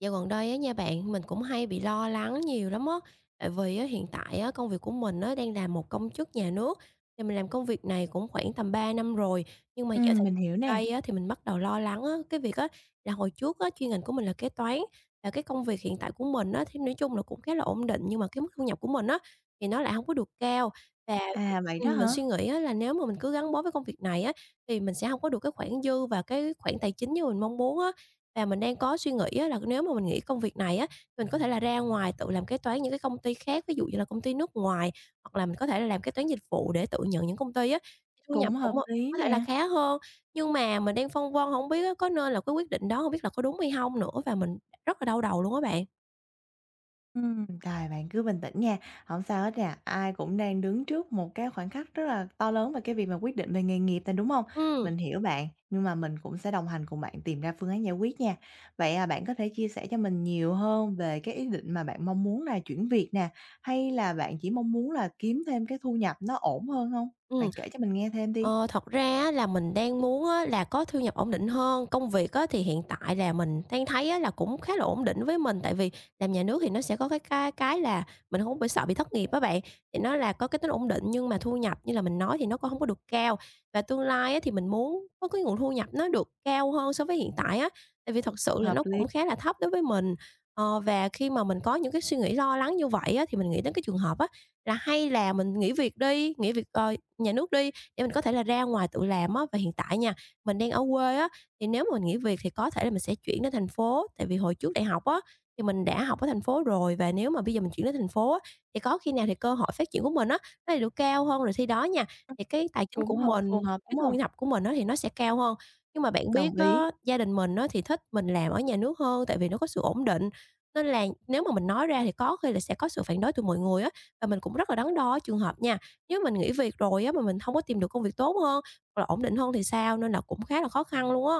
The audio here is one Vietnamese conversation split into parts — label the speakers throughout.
Speaker 1: Dạo gần đây á nha bạn, mình cũng hay bị lo lắng nhiều lắm á. Tại vì á, hiện tại á, công việc của mình á, đang làm một công chức nhà nước, thì mình làm công việc này cũng khoảng tầm 3 năm rồi. Nhưng mà dạo thời
Speaker 2: Mình hiểu
Speaker 1: gian
Speaker 2: nè.
Speaker 1: đây á, thì mình bắt đầu lo lắng á, cái việc á, là hồi trước á, chuyên ngành của mình là kế toán và cái công việc hiện tại của mình á, thì nói chung là cũng khá là ổn định nhưng mà cái mức thu nhập của mình á, thì nó lại không có được cao và
Speaker 2: À, vậy đó
Speaker 1: mình
Speaker 2: hả?
Speaker 1: suy nghĩ á, là nếu mà mình cứ gắn bó với công việc này á, thì mình sẽ không có được cái khoản dư và cái khoản tài chính như mình mong muốn á và mình đang có suy nghĩ á là nếu mà mình nghỉ công việc này á, mình có thể là ra ngoài tự làm kế toán những cái công ty khác, ví dụ như là công ty nước ngoài, hoặc là mình có thể là làm kế toán dịch vụ để tự nhận những công ty á, thì thu
Speaker 2: Cũng
Speaker 1: nhập cũng,
Speaker 2: hợp lý
Speaker 1: có thể là
Speaker 2: nè.
Speaker 1: khá hơn. Nhưng mà mình đang phân vân không biết á có nên là cái quyết định đó không biết là có đúng hay không nữa và mình rất là đau đầu luôn á bạn.
Speaker 2: Rồi bạn cứ bình tĩnh nha, không sao hết nè. Ai cũng đang đứng trước một cái khoảnh khắc rất là to lớn về cái việc mà quyết định về nghề nghiệp nè, đúng không?
Speaker 1: Ừm.
Speaker 2: Mình hiểu bạn, nhưng mà mình cũng sẽ đồng hành cùng bạn tìm ra phương án giải quyết nha. Vậy, à, bạn có thể chia sẻ cho mình nhiều hơn về cái ý định mà bạn mong muốn là chuyển việc nè, hay là bạn chỉ mong muốn là kiếm thêm cái thu nhập nó ổn hơn không? Bạn
Speaker 1: Ừ.
Speaker 2: kể cho mình nghe thêm đi.
Speaker 1: Ờ, thật ra á là mình đang muốn á là có thu nhập ổn định hơn. Công việc á thì hiện tại là mình đang thấy á là cũng khá là ổn định với mình, tại vì làm nhà nước thì nó sẽ có cái là mình không bị sợ bị thất nghiệp á bạn, thì nó là có cái tính ổn định nhưng mà thu nhập như là mình nói thì nó cũng không có được cao. Và tương lai á thì mình muốn có cái nguồn thu nhập nó được cao hơn so với hiện tại á, tại vì thật sự là
Speaker 2: Hợp
Speaker 1: nó
Speaker 2: lý,
Speaker 1: cũng khá là thấp đối với mình. Ờ, và khi mà mình có những cái suy nghĩ lo lắng như vậy á thì mình nghĩ đến cái trường hợp á là hay là mình nghỉ việc đi, nghỉ việc, nhà nước đi để mình có thể là ra ngoài tự làm á. Và hiện tại nha, mình đang ở quê á, thì nếu mà mình nghỉ việc thì có thể là mình sẽ chuyển đến thành phố, tại vì hồi trước đại học á, thì mình đã học ở thành phố rồi và nếu mà bây giờ mình chuyển đến thành phố á, thì có khi nào thì cơ hội phát triển của mình á, nó lại được cao hơn. Rồi khi đó nha, thì cái tài chính
Speaker 2: cũng
Speaker 1: của
Speaker 2: hợp phù
Speaker 1: mình,
Speaker 2: hợp,
Speaker 1: cái
Speaker 2: đúng
Speaker 1: thu
Speaker 2: không?
Speaker 1: nhập của mình á, thì nó sẽ cao hơn. Nhưng mà bạn biết
Speaker 2: Đồng ý.
Speaker 1: á, gia đình mình á, thì thích mình làm ở nhà nước hơn, tại vì nó có sự ổn định, nên là nếu mà mình nói ra thì có khi là sẽ có sự phản đối từ mọi người á, và mình cũng rất là đắn đo ở trường hợp nha. Nếu mình nghỉ việc rồi á, mà mình không có tìm được công việc tốt hơn, hoặc là ổn định hơn thì sao, nên là cũng khá là khó khăn luôn á.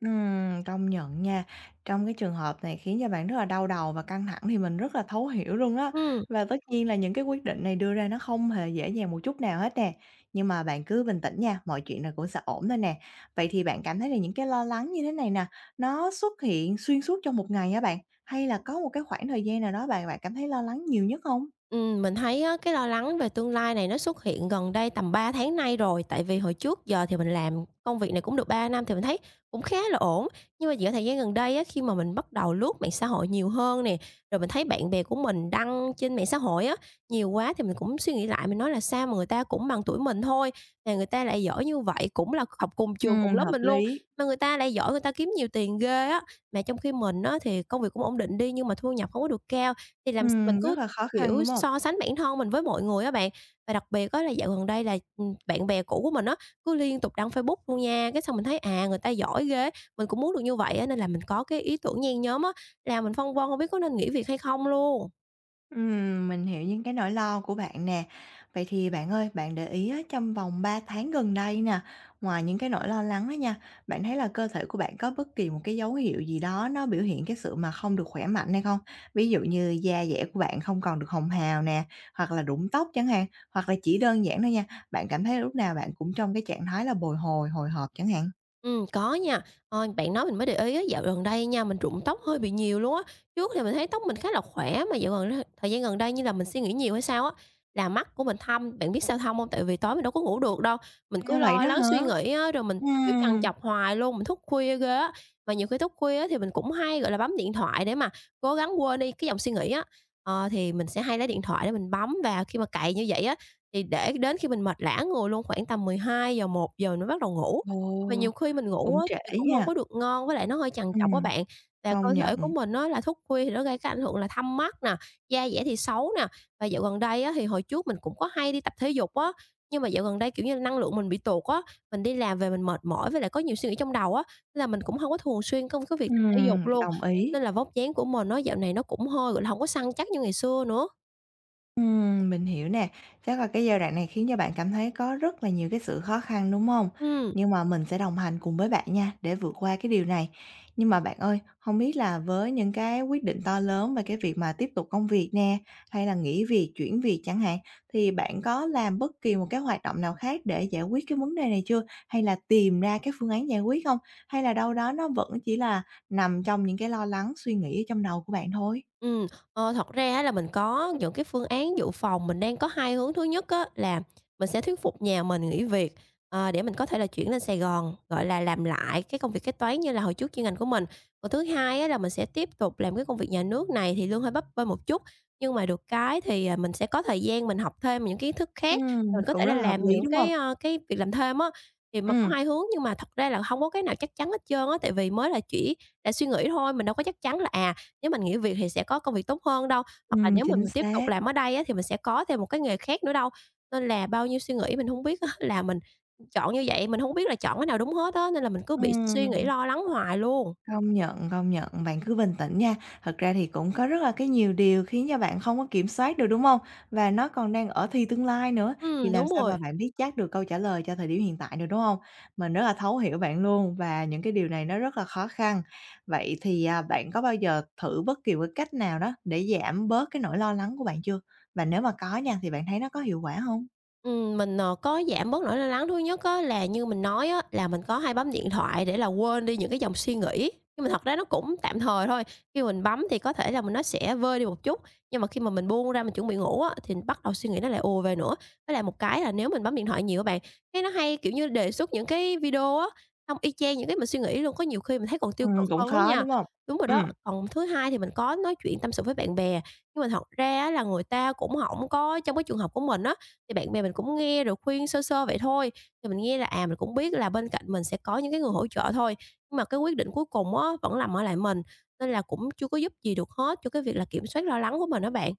Speaker 2: Công nhận nha. Trong cái trường hợp này khiến cho bạn rất là đau đầu và căng thẳng thì mình rất là thấu hiểu luôn á.
Speaker 1: Ừm.
Speaker 2: Và tất nhiên là những cái quyết định này đưa ra nó không hề dễ dàng một chút nào hết nè. Nhưng mà bạn cứ bình tĩnh nha, mọi chuyện là cũng sẽ ổn thôi nè. Vậy thì bạn cảm thấy là những cái lo lắng như thế này nè, nó xuất hiện xuyên suốt trong một ngày hả bạn? Hay là có một cái khoảng thời gian nào đó bạn bạn cảm thấy lo lắng nhiều nhất không?
Speaker 1: Mình thấy á, cái lo lắng về tương lai này nó xuất hiện gần đây tầm 3 tháng nay rồi, tại vì hồi trước giờ thì mình làm công việc này cũng được 3 năm thì mình thấy cũng khá là ổn. Nhưng mà giữa thời gian gần đây á, khi mà mình bắt đầu lướt mạng xã hội nhiều hơn nè, rồi mình thấy bạn bè của mình đăng trên mạng xã hội á, nhiều quá thì mình cũng suy nghĩ lại, mình nói là sao mà người ta cũng bằng tuổi mình thôi, mà người ta lại giỏi như vậy, cũng là học cùng trường, cùng lớp
Speaker 2: Hợp
Speaker 1: mình luôn,
Speaker 2: lý.
Speaker 1: mà người ta lại giỏi, người ta kiếm nhiều tiền ghê á. Mà trong khi mình á, thì công việc cũng ổn định đi nhưng mà thu nhập không có được cao, thì làm mình
Speaker 2: Rất
Speaker 1: cứ
Speaker 2: là khó khăn,
Speaker 1: kiểu,
Speaker 2: đúng không?
Speaker 1: so sánh bản thân mình với mọi người á bạn, và đặc biệt á là dạo gần đây là, bạn bè cũ của mình á, cứ liên tục đăng Facebook luôn nha, cái xong mình thấy, à, người ta giỏi ghê, mình cũng muốn được như vậy á, nên là mình có cái ý tưởng nhen nhóm á, là mình phân vân không biết có nên nghỉ việc hay không luôn.
Speaker 2: Mình hiểu những cái nỗi lo của bạn nè. Vậy thì bạn ơi, bạn để ý á, trong vòng 3 tháng gần đây nè, ngoài những cái nỗi lo lắng đó nha, bạn thấy là cơ thể của bạn có bất kỳ một cái dấu hiệu gì đó nó biểu hiện cái sự mà không được khỏe mạnh hay không? Ví dụ như da dẻ của bạn không còn được hồng hào nè, hoặc là rụng tóc chẳng hạn, hoặc là chỉ đơn giản thôi nha, bạn cảm thấy lúc nào bạn cũng trong cái trạng thái là bồi hồi, hồi hộp chẳng hạn.
Speaker 1: Có nha. Ôi, bạn nói mình mới để ý á, dạo gần đây nha, mình rụng tóc hơi bị nhiều luôn á. Trước thì mình thấy tóc mình khá là khỏe mà dạo gần thời gian gần đây như là mình suy nghĩ nhiều hay sao á, là mắt của mình thâm. Bạn biết sao thâm hông? Tại vì tối mình đâu có ngủ được đâu, mình cứ
Speaker 2: À, vậy
Speaker 1: lo
Speaker 2: đó
Speaker 1: lắng
Speaker 2: hả?
Speaker 1: suy nghĩ á, rồi mình, kiểu, trằn
Speaker 2: Ừm,
Speaker 1: trọc hoài luôn, mình thức khuya ghê á. Mà nhiều khi thức khuya á thì mình cũng hay, gọi là, bấm điện thoại để mà cố gắng quên đi cái dòng suy nghĩ á. Ờ, thì mình sẽ hay lấy điện thoại để mình bấm và khi mà cày như vậy á, thì để đến khi mình mệt lả người luôn, khoảng tầm 12 giờ 1 giờ nó bắt đầu ngủ.
Speaker 2: ồ,
Speaker 1: Và nhiều khi mình ngủ
Speaker 2: cũng
Speaker 1: á thì
Speaker 2: trễ
Speaker 1: cũng hông có
Speaker 2: nha.
Speaker 1: được ngon, với lại nó hơi trằn trọc á
Speaker 2: Ừm,
Speaker 1: bạn. Và cơ
Speaker 2: công
Speaker 1: thể của
Speaker 2: nhận.
Speaker 1: mình á là thức khuya thì nó gây cái ảnh hưởng là thâm mắt nè, da dẻ thì xấu nè. Và dạo gần đây á thì hồi trước mình cũng có hay đi tập thể dục á, nhưng mà dạo gần đây, kiểu như năng lượng mình bị tụt á, mình đi làm về mình mệt mỏi với lại có nhiều suy nghĩ trong đầu á, nên là mình cũng hông có thường xuyên công cái việc tập thể dục luôn.
Speaker 2: Đồng ý.
Speaker 1: Nên là vóc dáng của mình á dạo này nó cũng hơi, gọi là, hổng có săn chắc như ngày xưa nữa.
Speaker 2: Mình hiểu nè. Chắc là cái giai đoạn này khiến cho bạn cảm thấy có rất là nhiều cái sự khó khăn, đúng không?
Speaker 1: Ừm.
Speaker 2: Nhưng mà mình sẽ đồng hành cùng với bạn nha, để vượt qua cái điều này. Nhưng mà bạn ơi, không biết là với những cái quyết định to lớn về cái việc mà tiếp tục công việc nè, hay là nghỉ việc, chuyển việc chẳng hạn, thì bạn có làm bất kỳ một cái hoạt động nào khác để giải quyết cái vấn đề này chưa? Hay là tìm ra cái phương án giải quyết không? Hay là đâu đó nó vẫn chỉ là nằm trong những cái lo lắng, suy nghĩ ở trong đầu của bạn thôi?
Speaker 1: Ừm, thật ra á là mình có những cái phương án dự phòng, mình đang có hai hướng. Thứ nhất á là mình sẽ thuyết phục nhà mình nghỉ việc, để mình có thể là chuyển lên Sài Gòn, gọi là, làm lại cái công việc kế toán như là hồi trước chuyên ngành của mình. Còn thứ hai á là mình sẽ tiếp tục làm cái công việc nhà nước này thì lương hơi bấp bênh một chút, nhưng mà được cái thì, à, mình sẽ có thời gian mình học thêm những kiến thức khác, mình có
Speaker 2: Cũng
Speaker 1: thể
Speaker 2: rất
Speaker 1: là
Speaker 2: là hợp
Speaker 1: làm
Speaker 2: lý,
Speaker 1: những
Speaker 2: đúng
Speaker 1: cái,
Speaker 2: không?
Speaker 1: cái việc làm thêm á. Thì mà có
Speaker 2: Ừm.
Speaker 1: hai hướng nhưng mà thật ra là không có cái nào chắc chắn hết trơn á, tại vì mới là chỉ là suy nghĩ thôi, mình đâu có chắc chắn là, à, nếu mình nghỉ việc thì sẽ có công việc tốt hơn đâu, hoặc là nếu mà
Speaker 2: Chính
Speaker 1: mình tiếp tục
Speaker 2: xác.
Speaker 1: làm ở đây á, thì mình sẽ có thêm một cái nghề khác nữa đâu. Nên là bao nhiêu suy nghĩ mình hông biết á là mình chọn như vậy, mình hông biết là chọn cái nào đúng hết á, nên là mình cứ bị suy nghĩ
Speaker 2: Ừm,
Speaker 1: lo lắng hoài luôn.
Speaker 2: công nhận, bạn cứ bình tĩnh nha. Thật ra thì cũng có rất là cái nhiều điều khiến cho bạn không có kiểm soát được, đúng hông? Và nó còn đang ở thì tương lai nữa, thì làm
Speaker 1: Đúng
Speaker 2: sao mà
Speaker 1: rồi.
Speaker 2: bạn biết chắc được câu trả lời cho thời điểm hiện tại được, đúng hông? Mình rất là thấu hiểu bạn luôn và những cái điều này nó rất là khó khăn. Vậy thì, à, bạn có bao giờ thử bất kỳ một cái cách nào đó để giảm bớt cái nỗi lo lắng của bạn chưa? Và nếu mà có nha, thì bạn thấy nó có hiệu quả hông?
Speaker 1: Mình, có giảm bớt nỗi lo lắng. Thứ nhất á là như mình nói á, là mình có hay bấm điện thoại để là quên đi những cái dòng suy nghĩ, nhưng mà thật ra nó cũng tạm thời thôi. Khi mình bấm thì có thể là mình nó sẽ vơi đi một chút, nhưng mà khi mà mình buông ra mình chuẩn bị ngủ á, thì bắt đầu suy nghĩ nó lại ùa về nữa. Với lại một cái là nếu mình bấm điện thoại nhiều các bạn, cái nó hay, kiểu như, đề xuất những cái video á, xong y chang những cái mình suy nghĩ luôn, có nhiều khi mình thấy còn tiêu cực
Speaker 2: Cũng
Speaker 1: hơn đó
Speaker 2: khó,
Speaker 1: nha.
Speaker 2: đúng hông?
Speaker 1: Đúng rồi đó.
Speaker 2: Ừm.
Speaker 1: Còn thứ hai thì mình có nói chuyện tâm sự với bạn bè, nhưng mà thật ra á là người ta cũng không có trong cái trường hợp của mình á, thì bạn bè mình cũng nghe rồi khuyên sơ sơ vậy thôi, thì mình nghe là, à, mình cũng biết là bên cạnh mình sẽ có những cái người hỗ trợ thôi, nhưng mà cái quyết định cuối cùng á vẫn nằm ở lại mình, nên là cũng chưa có giúp gì được hết cho cái việc là kiểm soát lo lắng của mình đó bạn.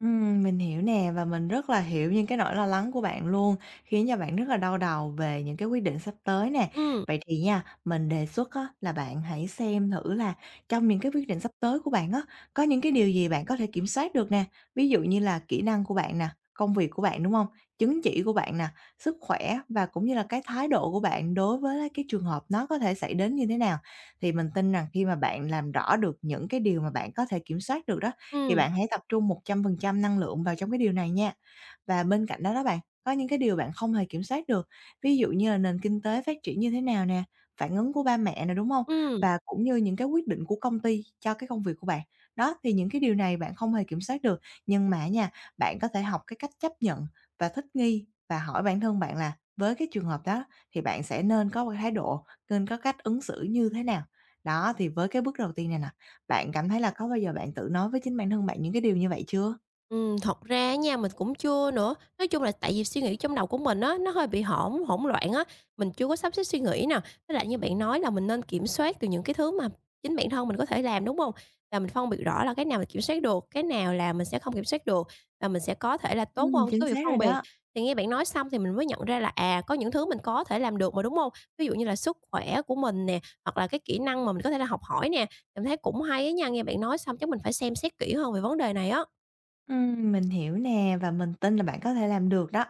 Speaker 2: Mình hiểu nè và mình rất là hiểu những cái nỗi lo lắng của bạn luôn, khiến cho bạn rất là đau đầu về những cái quyết định sắp tới nè.
Speaker 1: Ừm,
Speaker 2: Vậy thì nha, mình đề xuất á, là bạn hãy xem thử là trong những cái quyết định sắp tới của bạn á, có những cái điều gì bạn có thể kiểm soát được nè. Ví dụ như là kỹ năng của bạn nè, công việc của bạn, đúng không? Chứng chỉ của bạn nè, sức khỏe và cũng như là cái thái độ của bạn đối với cái trường hợp nó có thể xảy đến như thế nào. Thì mình tin rằng khi mà bạn làm rõ được những cái điều mà bạn có thể kiểm soát được đó thì
Speaker 1: ừm,
Speaker 2: bạn hãy tập trung 100% năng lượng vào trong cái điều này nha. Và bên cạnh đó đó bạn, có những cái điều bạn không hề kiểm soát được, ví dụ như là nền kinh tế phát triển như thế nào nè, phản ứng của ba mẹ nè, đúng không?
Speaker 1: ừm.
Speaker 2: Và cũng như những cái quyết định của công ty cho cái công việc của bạn. Đó, thì những cái điều này bạn không hề kiểm soát được, nhưng mà nha, bạn có thể học cái cách chấp nhận và thích nghi và hỏi bản thân bạn là với cái trường hợp đó thì bạn sẽ nên có một cái thái độ, nên có cách ứng xử như thế nào? Đó, thì với cái bước đầu tiên này nè, bạn cảm thấy là có bao giờ bạn tự nói với chính bản thân bạn những cái điều như vậy chưa?
Speaker 1: Thật ra nha, mình cũng chưa nữa. Nói chung là tại vì suy nghĩ trong đầu của mình á, nó hơi bị hỗn hỗn loạn á, mình chưa có sắp xếp suy nghĩ nè. Với lại như bạn nói là mình nên kiểm soát từ những cái thứ mà chính bản thân mình có thể làm, đúng không? Và mình phân biệt rõ là cái nào mình kiểm soát được, cái nào là mình sẽ không kiểm soát được và mình sẽ có thể là tốt hơn trong
Speaker 2: Chính
Speaker 1: có việc
Speaker 2: xác rồi
Speaker 1: phân biệt.
Speaker 2: đó.
Speaker 1: Thì nghe bạn nói xong thì mình mới nhận ra là, à, có những thứ mình có thể làm được mà, đúng không? Ví dụ như là sức khỏe của mình nè, hoặc là cái kỹ năng mà mình có thể là học hỏi nè, mình thấy cũng hay á nha. Nghe bạn nói xong chắc mình phải xem xét kỹ hơn về vấn đề này á.
Speaker 2: Mình hiểu nè và mình tin là bạn có thể làm được đó.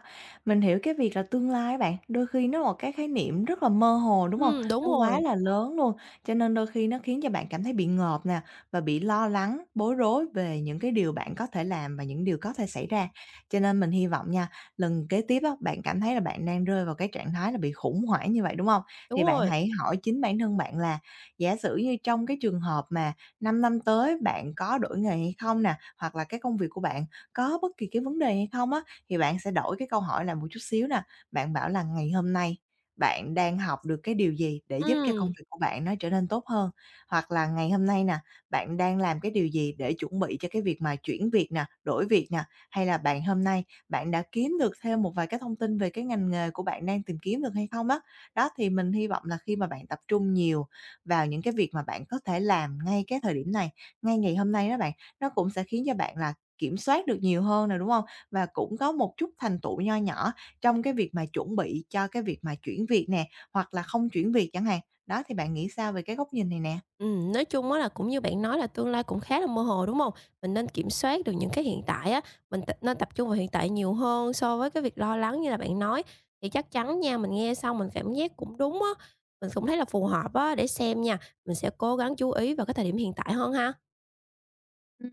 Speaker 2: Mình hiểu cái việc là tương lai bạn, đôi khi nó là một cái khái niệm rất là mơ hồ, đúng không?
Speaker 1: Đúng
Speaker 2: Nó quá
Speaker 1: rồi,
Speaker 2: là lớn luôn, cho nên đôi khi nó khiến cho bạn cảm thấy bị ngợp nè, và bị lo lắng, bối rối về những cái điều bạn có thể làm và những điều có thể xảy ra. Cho nên mình hy vọng nha, lần kế tiếp á, bạn cảm thấy là bạn đang rơi vào cái trạng thái là bị khủng hoảng như vậy, đúng không?
Speaker 1: đúng
Speaker 2: Thì bạn
Speaker 1: rồi.
Speaker 2: hãy hỏi chính bản thân bạn là giả sử như trong cái trường hợp mà 5 năm tới bạn có đổi nghề hay không nè, hoặc là cái công việc của bạn có bất kỳ cái vấn đề hay không á, thì bạn sẽ đổi cái câu hỏi lại một chút xíu nè. Bạn bảo là ngày hôm nay bạn đang học được cái điều gì để giúp cho công
Speaker 1: Ừm,
Speaker 2: việc của bạn nó trở nên tốt hơn? Hoặc là ngày hôm nay nè, bạn đang làm cái điều gì để chuẩn bị cho cái việc mà chuyển việc nè, đổi việc nè, hay là bạn hôm nay bạn đã kiếm được thêm một vài cái thông tin về cái ngành nghề của bạn đang tìm kiếm được hay không á? Đó, thì mình hy vọng là khi mà bạn tập trung nhiều vào những cái việc mà bạn có thể làm ngay cái thời điểm này, ngay ngày hôm nay đó bạn, nó cũng sẽ khiến cho bạn là kiểm soát được nhiều hơn nè, đúng không? Và cũng có một chút thành tựu nho nhỏ trong cái việc mà chuẩn bị cho cái việc mà chuyển việc nè, hoặc là không chuyển việc chẳng hạn. Đó, thì bạn nghĩ sao về cái góc nhìn này nè?
Speaker 1: nói chung á là cũng như bạn nói là tương lai cũng khá là mơ hồ, đúng hông? Mình nên kiểm soát được những cái hiện tại á, mình t nên tập trung vào hiện tại nhiều hơn so với cái việc lo lắng như là bạn nói. Thì chắc chắn nha, mình nghe xong mình cảm giác cũng đúng á, mình cũng thấy là phù hợp á, để xem nha, mình sẽ cố gắng chú ý vào cái thời điểm hiện tại hơn ha.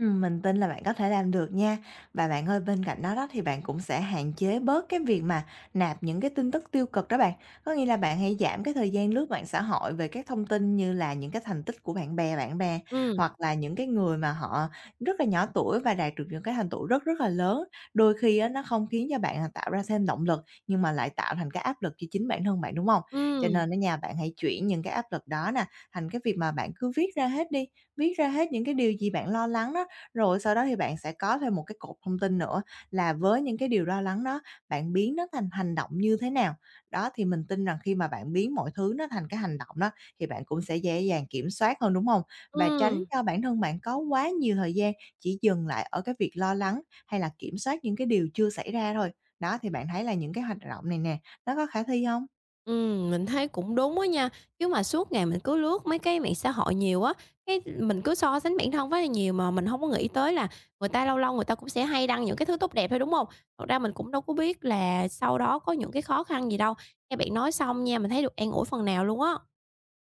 Speaker 2: Mình tin là bạn có thể làm được nha. Và bạn ơi, bên cạnh đó đó thì bạn cũng sẽ hạn chế bớt cái việc mà nạp những cái tin tức tiêu cực đó bạn. Có nghĩa là bạn hãy giảm cái thời gian lướt mạng xã hội về các thông tin như là những cái thành tích của bạn bè
Speaker 1: Ừm,
Speaker 2: hoặc là những cái người mà họ rất là nhỏ tuổi và đạt được những cái thành tựu rất rất là lớn. Đôi khi á, nó không khiến cho bạn tạo ra thêm động lực nhưng mà lại tạo thành cái áp lực cho chính bản thân bạn, đúng không? Cho
Speaker 1: ừm,
Speaker 2: nên ở nhà bạn hãy chuyển những cái áp lực đó nè thành cái việc mà bạn cứ viết ra hết đi. Viết ra hết những cái điều gì bạn lo lắng đó, rồi sau đó thì bạn sẽ có thêm một cái cột thông tin nữa là với những cái điều lo lắng đó, bạn biến nó thành hành động như thế nào. Đó, thì mình tin rằng khi mà bạn biến mọi thứ nó thành cái hành động đó, thì bạn cũng sẽ dễ dàng kiểm soát hơn, đúng không? Và tránh
Speaker 1: ừm.
Speaker 2: cho bản thân bạn có quá nhiều thời gian chỉ dừng lại ở cái việc lo lắng hay là kiểm soát những cái điều chưa xảy ra thôi. Đó, thì bạn thấy là những cái hoạt động này nè, nó có khả thi không?
Speaker 1: Mình thấy cũng đúng á nha, chứ mà suốt ngày mình cứ lướt mấy cái mạng xã hội nhiều á, cái mình cứ so sánh bản thân với nhiều mà mình không có nghĩ tới là người ta lâu lâu người ta cũng sẽ hay đăng những cái thứ tốt đẹp thôi, đúng không? Thật ra mình cũng đâu có biết là sau đó có những cái khó khăn gì đâu. Nghe bạn nói xong nha, mình thấy được an ủi phần nào luôn á.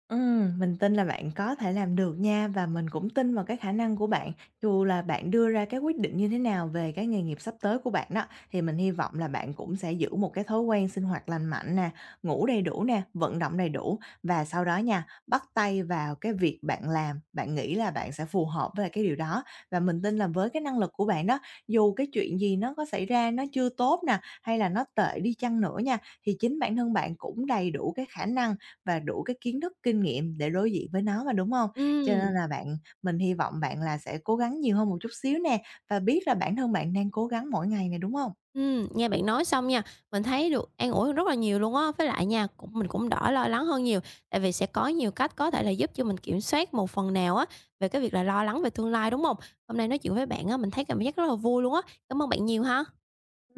Speaker 2: Mình tin là bạn có thể làm được nha và mình cũng tin vào cái khả năng của bạn. Dù là bạn đưa ra cái quyết định như thế nào về cái nghề nghiệp sắp tới của bạn đó, thì mình hy vọng là bạn cũng sẽ giữ một cái thói quen sinh hoạt lành mạnh nè, ngủ đầy đủ nè, vận động đầy đủ và sau đó nha, bắt tay vào cái việc bạn làm, bạn nghĩ là bạn sẽ phù hợp với lại cái điều đó. Và mình tin là với cái năng lực của bạn đó, dù cái chuyện gì nó có xảy ra nó chưa tốt nè, hay là nó tệ đi chăng nữa nha, thì chính bản thân bạn cũng đầy đủ cái khả năng và đủ cái kiến thức, kinh nghiệm để đối diện với nó mà, đúng hông? Cho nên
Speaker 1: Ừm.
Speaker 2: là bạn mình hy vọng bạn là sẽ cố gắng nhiều hơn một chút xíu nè, và biết là bản thân bạn đang cố gắng mỗi ngày nè, đúng hông?
Speaker 1: Nghe bạn nói xong nha, mình thấy được an ủi hơn rất là nhiều luôn á. Với lại nha, cũng mình cũng đỡ lo lắng hơn nhiều, tại vì sẽ có nhiều cách có thể là giúp cho mình kiểm soát một phần nào á về cái việc là lo lắng về tương lai, đúng không? Hôm nay nói chuyện với bạn á, mình thấy cảm giác rất là vui luôn á. Cảm ơn bạn nhiều ha.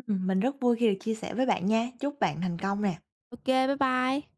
Speaker 2: Mình rất vui khi được chia sẻ với bạn nha. Chúc bạn thành công nè.
Speaker 1: OK, bye bye.